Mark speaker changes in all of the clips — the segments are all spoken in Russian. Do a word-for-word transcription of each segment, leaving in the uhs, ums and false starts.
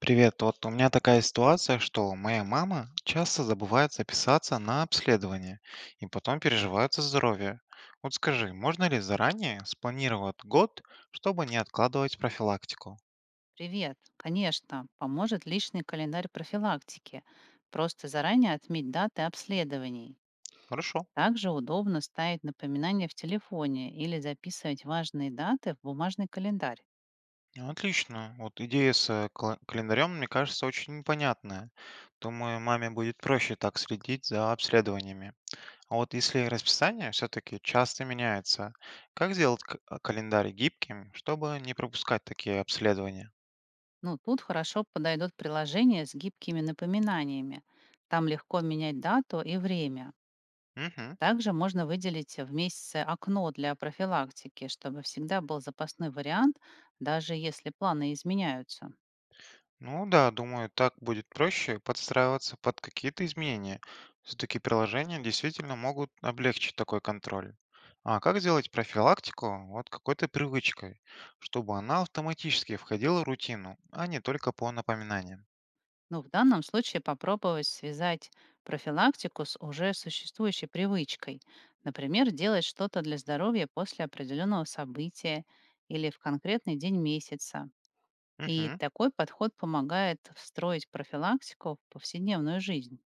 Speaker 1: Привет, вот у меня такая ситуация, что моя мама часто забывает записаться на обследование и потом переживает за здоровье. Вот скажи, можно ли заранее спланировать год, чтобы не откладывать профилактику?
Speaker 2: Привет. Конечно, поможет личный календарь профилактики. Просто заранее отметь даты обследований.
Speaker 1: Хорошо.
Speaker 2: Также удобно ставить напоминания в телефоне или записывать важные даты в бумажный календарь.
Speaker 1: Ну, отлично. Вот идея с э, кала- календарем, мне кажется, очень понятная. Думаю, маме будет проще так следить за обследованиями. А вот если расписание все-таки часто меняется, как сделать к- календарь гибким, чтобы не пропускать такие обследования?
Speaker 2: Ну, тут хорошо подойдут приложения с гибкими напоминаниями. Там легко менять дату и время.
Speaker 1: Мгм.
Speaker 2: Также можно выделить в месяце окно для профилактики, чтобы всегда был запасной вариант, даже если планы изменяются.
Speaker 1: Ну да, думаю, так будет проще подстраиваться под какие-то изменения. Все-таки приложения действительно могут облегчить такой контроль. А как сделать профилактику вот какой-то привычкой, чтобы она автоматически входила в рутину, а не только по напоминаниям?
Speaker 2: Но в данном случае попробовать связать профилактику с уже существующей привычкой. Например, делать что-то для здоровья после определенного события или в конкретный день месяца. И
Speaker 1: Угу.
Speaker 2: такой подход помогает встроить профилактику в повседневную жизнь.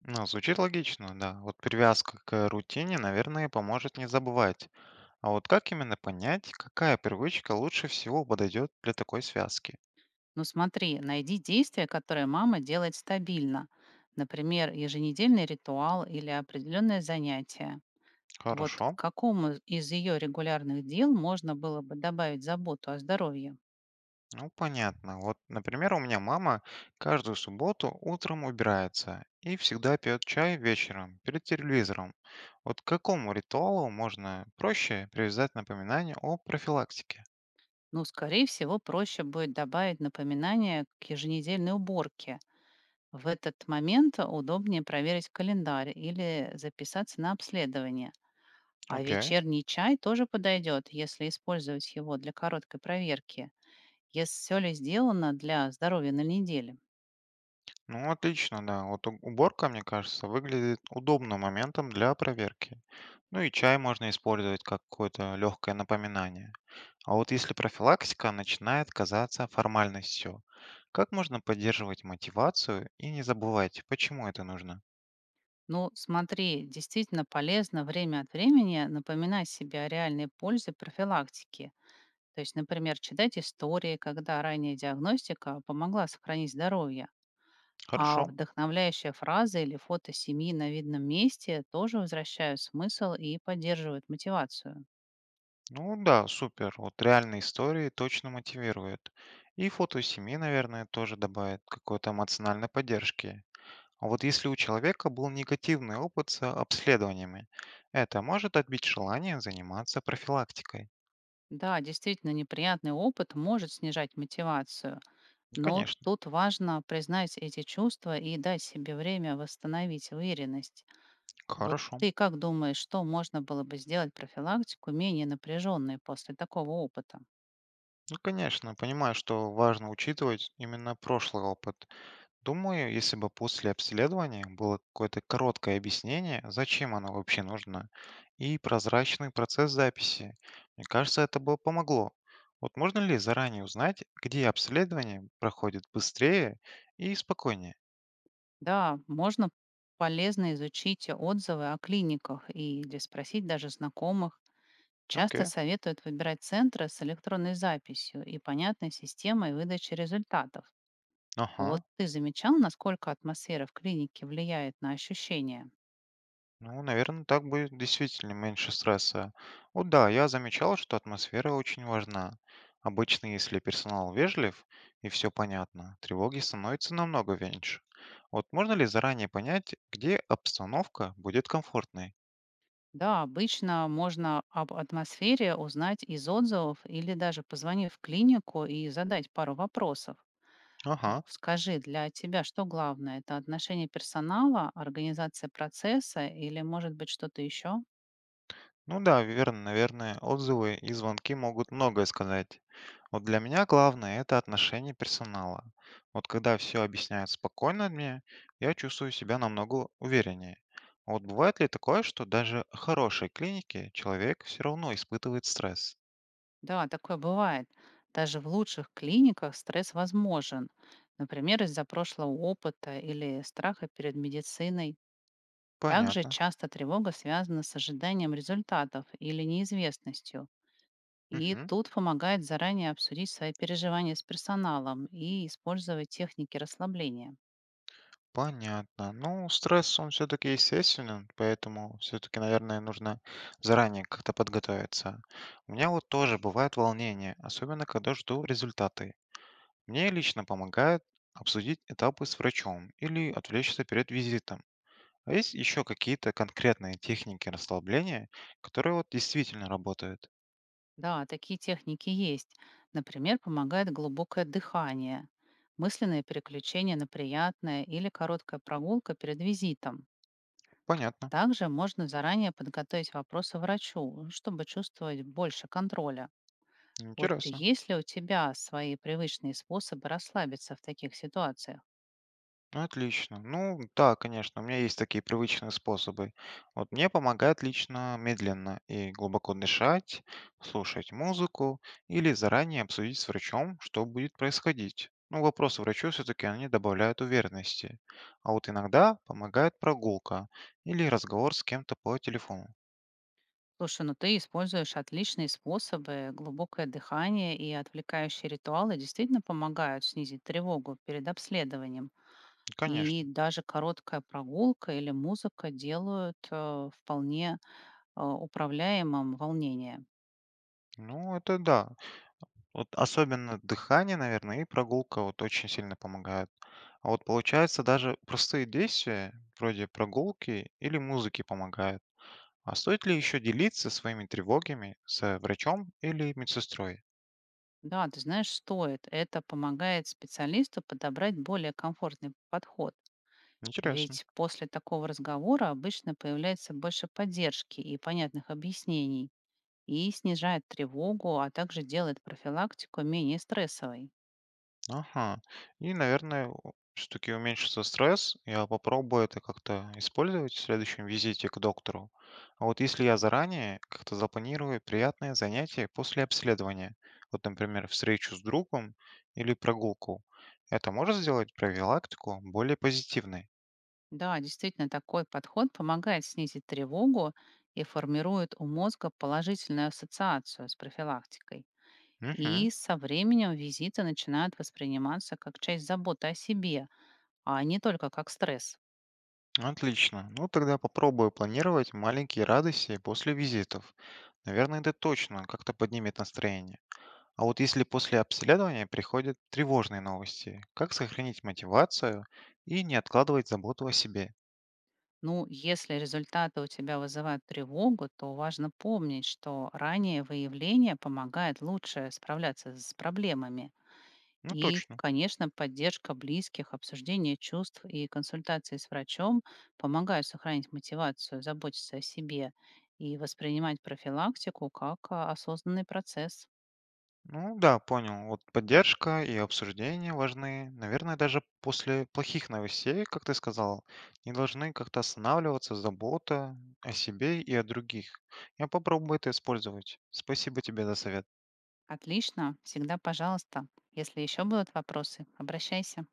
Speaker 1: Ну, звучит логично, да. Вот привязка к рутине, наверное, поможет не забывать. А вот как именно понять, какая привычка лучше всего подойдет для такой связки?
Speaker 2: Ну смотри, найди действия, которые мама делает стабильно. Например, еженедельный ритуал или определенное занятие. Вот к
Speaker 1: Хорошо.
Speaker 2: какому из ее регулярных дел можно было бы добавить заботу о здоровье?
Speaker 1: Ну, понятно. Вот, например, у меня мама каждую субботу утром убирается и всегда пьет чай вечером перед телевизором. Вот к какому ритуалу можно проще привязать напоминание о профилактике?
Speaker 2: Ну, скорее всего, проще будет добавить напоминание к еженедельной уборке. В этот момент удобнее проверить календарь или записаться на обследование. А
Speaker 1: Окей.
Speaker 2: вечерний чай тоже подойдет, если использовать его для короткой проверки, если все ли сделано для здоровья на неделе.
Speaker 1: Ну, отлично, да. Вот у- уборка, мне кажется, выглядит удобным моментом для проверки. Ну и чай можно использовать как какое-то легкое напоминание. А вот если профилактика начинает казаться формальностью, как можно поддерживать мотивацию и не забывать, почему это нужно?
Speaker 2: Ну, смотри, действительно полезно время от времени напоминать себе о реальной пользе профилактики. То есть, например, читать истории, когда ранняя диагностика помогла сохранить здоровье. А
Speaker 1: Хорошо.
Speaker 2: вдохновляющая фраза или фото семьи на видном месте тоже возвращают смысл и поддерживают мотивацию.
Speaker 1: Ну да, супер. Вот реальные истории точно мотивируют. И фото семьи, наверное, тоже добавит какой-то эмоциональной поддержки. А вот если у человека был негативный опыт с обследованиями, это может отбить желание заниматься профилактикой?
Speaker 2: Да, действительно, неприятный опыт может снижать мотивацию,
Speaker 1: Ну,
Speaker 2: но
Speaker 1: конечно.
Speaker 2: тут важно признать эти чувства и дать себе время восстановить уверенность. Вот
Speaker 1: Хорошо.
Speaker 2: ты как думаешь, что можно было бы сделать профилактику менее напряженной после такого опыта?
Speaker 1: Ну, конечно, понимаю, что важно учитывать именно прошлый опыт. Думаю, если бы после обследования было какое-то короткое объяснение, зачем оно вообще нужно, и прозрачный процесс записи, мне кажется, это бы помогло. Вот можно ли заранее узнать, где обследование проходит быстрее и спокойнее?
Speaker 2: Да, можно, полезно изучить отзывы о клиниках и или спросить даже знакомых. Часто
Speaker 1: Окей,
Speaker 2: советуют выбирать центры с электронной записью и понятной системой выдачи результатов. Вот
Speaker 1: ага.
Speaker 2: ты замечал, насколько атмосфера в клинике влияет на ощущения?
Speaker 1: Ну, наверное, так будет действительно меньше стресса. Вот да, я замечал, что атмосфера очень важна. Обычно, если персонал вежлив и все понятно, тревоги становится намного меньше. Вот можно ли заранее понять, где обстановка будет комфортной?
Speaker 2: Да, обычно можно об атмосфере узнать из отзывов или даже позвонив в клинику и задать пару вопросов. В-
Speaker 1: Ага.
Speaker 2: Скажи, для тебя что главное? Это отношение персонала, организация процесса или, может быть, что-то еще?
Speaker 1: Ну да, верно, наверное, отзывы и звонки могут многое сказать. Вот для меня главное это отношение персонала. Вот когда все объясняют спокойно мне, я чувствую себя намного увереннее. А вот бывает ли такое, что даже в хорошей клинике человек все равно испытывает стресс?
Speaker 2: Да, такое бывает. Даже в лучших клиниках стресс возможен, например, из-за прошлого опыта или страха перед медициной. Также
Speaker 1: Понятно.
Speaker 2: часто тревога связана с ожиданием результатов или неизвестностью. И
Speaker 1: Мгм.
Speaker 2: тут помогает заранее обсудить свои переживания с персоналом и использовать техники расслабления.
Speaker 1: Понятно. Ну, стресс, он все-таки естественен, поэтому все-таки, наверное, нужно заранее как-то подготовиться. У меня вот тоже бывает волнение, особенно когда жду результаты. Мне лично помогает обсудить этапы с врачом или отвлечься перед визитом. А есть еще какие-то конкретные техники расслабления, которые вот действительно работают?
Speaker 2: Да, такие техники есть. Например, помогает глубокое дыхание, мысленное переключение на приятное или короткая прогулка перед визитом.
Speaker 1: Понятно.
Speaker 2: Также можно заранее подготовить вопросы врачу, чтобы чувствовать больше контроля. Вот
Speaker 1: Интересно.
Speaker 2: есть ли у тебя свои привычные способы расслабиться в таких ситуациях?
Speaker 1: Ну, отлично. Ну да, конечно, у меня есть такие привычные способы. Вот мне помогает лично медленно и глубоко дышать, слушать музыку или заранее обсудить с врачом, что будет происходить. Ну, вопросы врачу все-таки они добавляют уверенности. А вот иногда помогает прогулка или разговор с кем-то по телефону.
Speaker 2: Слушай, ну ты используешь отличные способы, глубокое дыхание и отвлекающие ритуалы действительно помогают снизить тревогу перед обследованием. И
Speaker 1: Конечно.
Speaker 2: даже короткая прогулка или музыка делают э, вполне э, управляемым волнение.
Speaker 1: Ну, это да. Вот особенно дыхание, наверное, и прогулка вот очень сильно помогают. А вот получается, даже простые действия, вроде прогулки или музыки, помогают. А стоит ли еще делиться своими тревогами с врачом или медсестрой?
Speaker 2: Да, ты знаешь, стоит. Это помогает специалисту подобрать более комфортный подход.
Speaker 1: Интересно.
Speaker 2: Ведь после такого разговора обычно появляется больше поддержки и понятных объяснений, и снижает тревогу, а также делает профилактику менее стрессовой.
Speaker 1: Ага. И, наверное, все-таки уменьшится стресс. Я попробую это как-то использовать в следующем визите к доктору. А вот если я заранее как-то запланирую приятное занятие после обследования, вот, например, встречу с другом или прогулку, это может сделать профилактику более позитивной?
Speaker 2: Да, действительно, такой подход помогает снизить тревогу и формирует у мозга положительную ассоциацию с профилактикой.
Speaker 1: Угу.
Speaker 2: И со временем визиты начинают восприниматься как часть заботы о себе, а не только как стресс.
Speaker 1: Отлично. Ну, тогда попробую планировать маленькие радости после визитов. Наверное, это точно как-то поднимет настроение. А вот если после обследования приходят тревожные новости, как сохранить мотивацию и не откладывать заботу о себе?
Speaker 2: Ну, если результаты у тебя вызывают тревогу, то важно помнить, что раннее выявление помогает лучше справляться с проблемами.
Speaker 1: Ну,
Speaker 2: И,
Speaker 1: точно.
Speaker 2: конечно, поддержка близких, обсуждение чувств и консультации с врачом помогают сохранить мотивацию, заботиться о себе и воспринимать профилактику как а, осознанный процесс.
Speaker 1: Ну да, понял. Вот поддержка и обсуждение важны. Наверное, даже после плохих новостей, как ты сказал, не должны как-то останавливаться забота о себе и о других. Я попробую это использовать. Спасибо тебе за совет.
Speaker 2: Отлично, всегда пожалуйста. Если еще будут вопросы, обращайся.